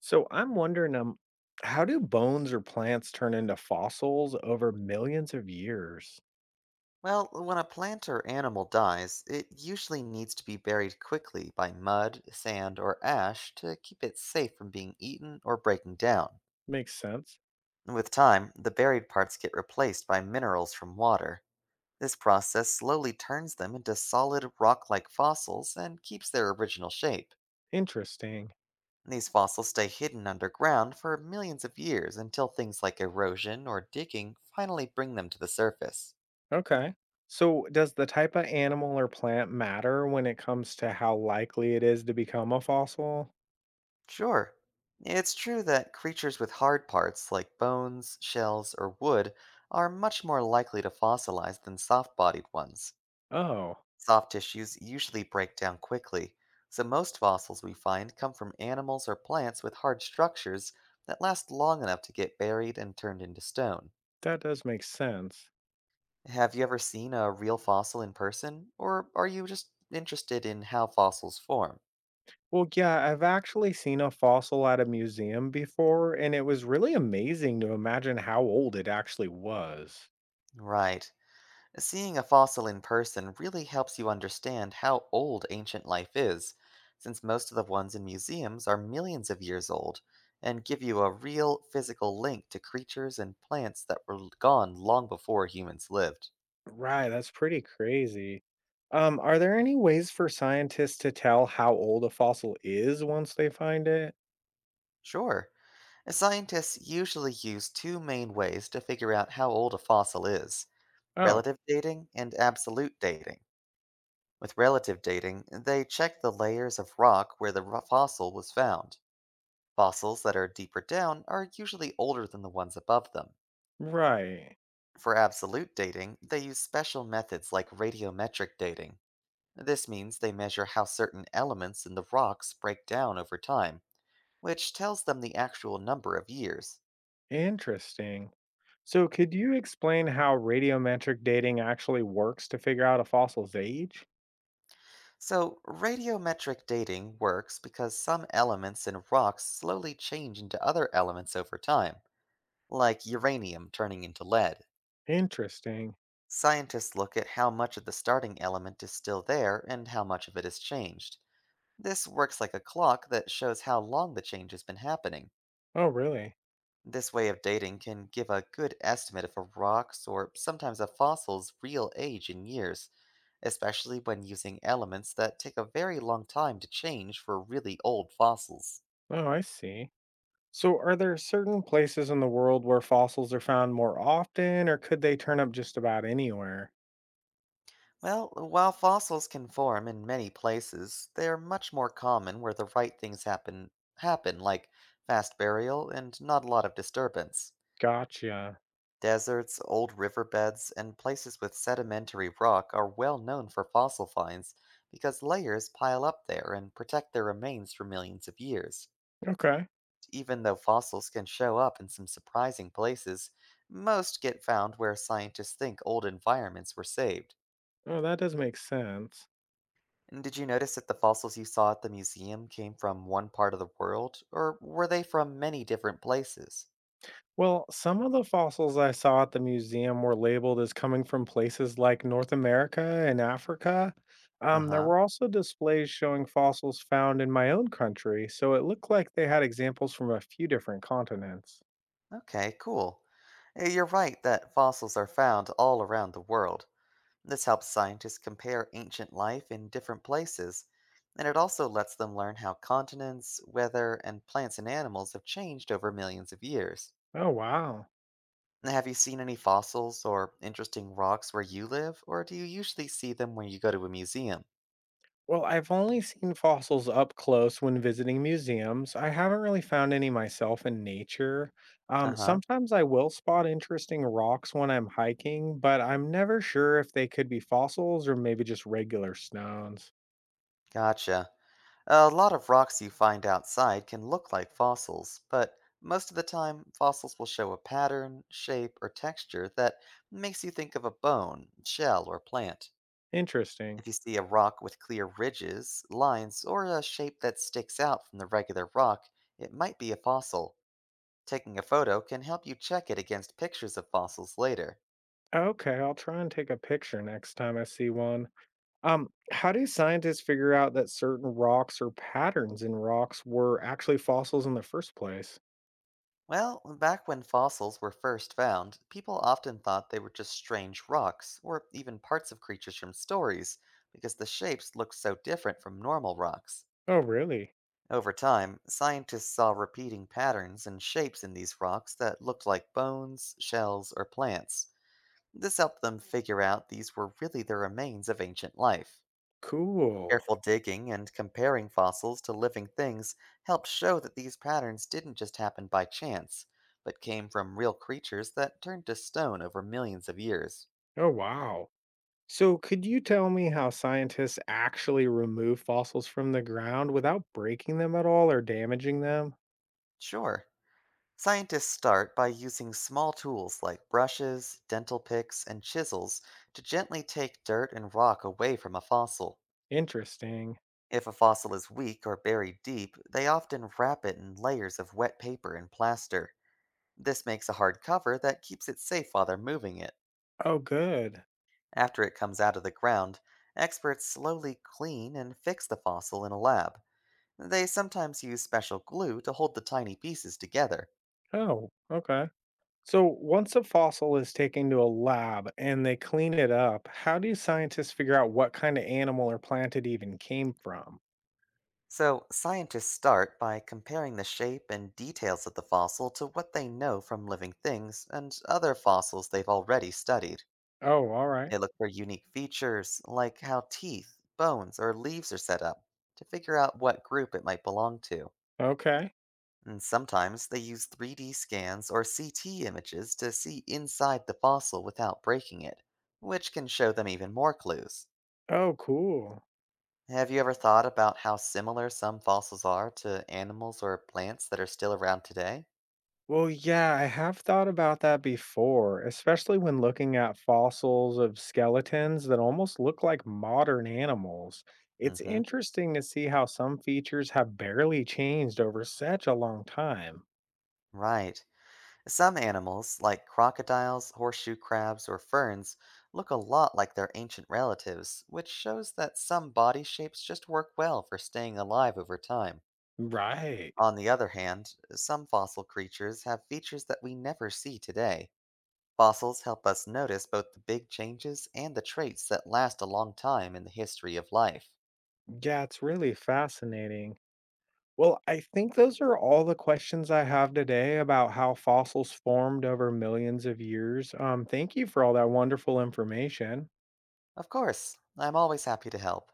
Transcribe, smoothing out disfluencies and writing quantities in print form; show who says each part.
Speaker 1: So I'm wondering, how do bones or plants turn into fossils over millions of years?
Speaker 2: Well, when a plant or animal dies, it usually needs to be buried quickly by mud, sand, or ash to keep it safe from being eaten or breaking down.
Speaker 1: Makes sense.
Speaker 2: With time, the buried parts get replaced by minerals from water. This process slowly turns them into solid rock like fossils and keeps their original shape.
Speaker 1: Interesting.
Speaker 2: These fossils stay hidden underground for millions of years until things like erosion or digging finally bring them to the surface.
Speaker 1: Okay. So does the type of animal or plant matter when it comes to how likely it is to become a fossil?
Speaker 2: Sure. It's true that creatures with hard parts like bones, shells, or wood are much more likely to fossilize than soft bodied ones.
Speaker 1: Oh,
Speaker 2: Soft tissues usually break down quickly, so most fossils we find come from animals or plants with hard structures that last long enough to get buried and turned into stone.
Speaker 1: that does make sense.
Speaker 2: Have you ever seen a real fossil in person, or are you just interested in how fossils form?
Speaker 1: Well, yeah, I've actually seen a fossil at a museum before, and it was really amazing to imagine how old it actually was.
Speaker 2: Right. Seeing a fossil in person really helps you understand how old ancient life is, since most of the ones in museums are millions of years old and give you a real physical link to creatures and plants that were gone long before humans lived.
Speaker 1: Right, that's pretty crazy. Are there any ways for scientists to tell how old a fossil is once they find it?
Speaker 2: Sure, scientists usually use two main ways to figure out how old a fossil is:
Speaker 1: Oh,
Speaker 2: relative dating and absolute dating. With relative dating, they check the layers of rock where the fossil was found. Fossils that are deeper down are usually older than the ones above them.
Speaker 1: right.
Speaker 2: For absolute dating, they use special methods like radiometric dating. This means they measure how certain elements in the rocks break down over time, which tells them the actual number of years.
Speaker 1: Interesting. So, could you explain how radiometric dating actually works to figure out a fossil's age?
Speaker 2: So, radiometric dating works because some elements in rocks slowly change into other elements over time, like uranium turning into lead.
Speaker 1: Interesting.
Speaker 2: Scientists look at how much of the starting element is still there and how much of it has changed. This works like a clock that shows how long the change has been happening.
Speaker 1: Oh, really?
Speaker 2: This way of dating can give a good estimate of a rock's or sometimes a fossil's real age in years, especially when using elements that take a very long time to change for really old fossils.
Speaker 1: Oh, I see. So, are there certain places in the world where fossils are found more often, or could they turn up just about anywhere?
Speaker 2: Well, while fossils can form in many places, they are much more common where the right things happen like fast burial and not a lot of disturbance.
Speaker 1: Gotcha.
Speaker 2: Deserts, old riverbeds, and places with sedimentary rock are well known for fossil finds because layers pile up there and protect their remains for millions of years.
Speaker 1: Okay.
Speaker 2: Even though fossils can show up in some surprising places, most get found where scientists think old environments were saved.
Speaker 1: Oh, that does make sense.
Speaker 2: And did you notice that the fossils you saw at the museum came from one part of the world, or were they from many different places?
Speaker 1: Well, some of the fossils I saw at the museum were labeled as coming from places like North America and Africa.
Speaker 2: Uh
Speaker 1: There
Speaker 2: huh.
Speaker 1: were also displays showing fossils found in my own country, so it looked like they had examples from a few different continents.
Speaker 2: Okay, cool. You're right that fossils are found all around the world. This helps scientists compare ancient life in different places, and it also lets them learn how continents, weather, and plants and animals have changed over millions of years.
Speaker 1: Oh, wow.
Speaker 2: Have you seen any fossils or interesting rocks where you live, or do you usually see them when you go to a museum?
Speaker 1: Well, I've only seen fossils up close when visiting museums. I haven't really found any myself in nature.
Speaker 2: Uh huh,
Speaker 1: Sometimes I will spot interesting rocks when I'm hiking, but I'm never sure if they could be fossils or maybe just regular stones.
Speaker 2: gotcha. A lot of rocks you find outside can look like fossils, but most of the time, fossils will show a pattern, shape, or texture that makes you think of a bone, shell, or plant.
Speaker 1: Interesting.
Speaker 2: If you see a rock with clear ridges, lines, or a shape that sticks out from the regular rock, it might be a fossil. Taking a photo can help you check it against pictures of fossils later.
Speaker 1: Okay, I'll try and take a picture next time I see one. How do scientists figure out that certain rocks or patterns in rocks were actually fossils in the first place?
Speaker 2: Well, back when fossils were first found, people often thought they were just strange rocks, or even parts of creatures from stories, because the shapes looked so different from normal rocks.
Speaker 1: Oh, really?
Speaker 2: Over time, scientists saw repeating patterns and shapes in these rocks that looked like bones, shells, or plants. This helped them figure out these were really the remains of ancient life.
Speaker 1: Cool.
Speaker 2: Careful digging and comparing fossils to living things helped show that these patterns didn't just happen by chance, but came from real creatures that turned to stone over millions of years.
Speaker 1: Oh, wow. So, could you tell me how scientists actually remove fossils from the ground without breaking them at all or damaging them?
Speaker 2: Sure, scientists start by using small tools like brushes, dental picks, and chisels to gently take dirt and rock away from a fossil.
Speaker 1: Interesting.
Speaker 2: If a fossil is weak or buried deep, they often wrap it in layers of wet paper and plaster. This makes a hard cover that keeps it safe while they're moving it.
Speaker 1: Oh, good.
Speaker 2: After it comes out of the ground, experts slowly clean and fix the fossil in a lab. They sometimes use special glue to hold the tiny pieces together.
Speaker 1: Oh, okay. So, once a fossil is taken to a lab and they clean it up, how do scientists figure out what kind of animal or plant it even came from?
Speaker 2: So, scientists start by comparing the shape and details of the fossil to what they know from living things and other fossils they've already studied.
Speaker 1: Oh, all right.
Speaker 2: They look for unique features, like how teeth, bones, or leaves are set up, to figure out what group it might belong to.
Speaker 1: Okay.
Speaker 2: And sometimes they use 3D scans or CT images to see inside the fossil without breaking it, which can show them even more clues.
Speaker 1: Oh, cool.
Speaker 2: Have you ever thought about how similar some fossils are to animals or plants that are still around today?
Speaker 1: Well, yeah, I have thought about that before, especially when looking at fossils of skeletons that almost look like modern animals. It's
Speaker 2: Hmm.
Speaker 1: interesting to see how some features have barely changed over such a long time.
Speaker 2: Right. Some animals, like crocodiles, horseshoe crabs, or ferns, look a lot like their ancient relatives, which shows that some body shapes just work well for staying alive over time.
Speaker 1: Right.
Speaker 2: On the other hand, some fossil creatures have features that we never see today. Fossils help us notice both the big changes and the traits that last a long time in the history of life.
Speaker 1: Yeah, it's really fascinating. Well, I think those are all the questions I have today about how fossils formed over millions of years. Thank you for all that wonderful information.
Speaker 2: Of course, I'm always happy to help.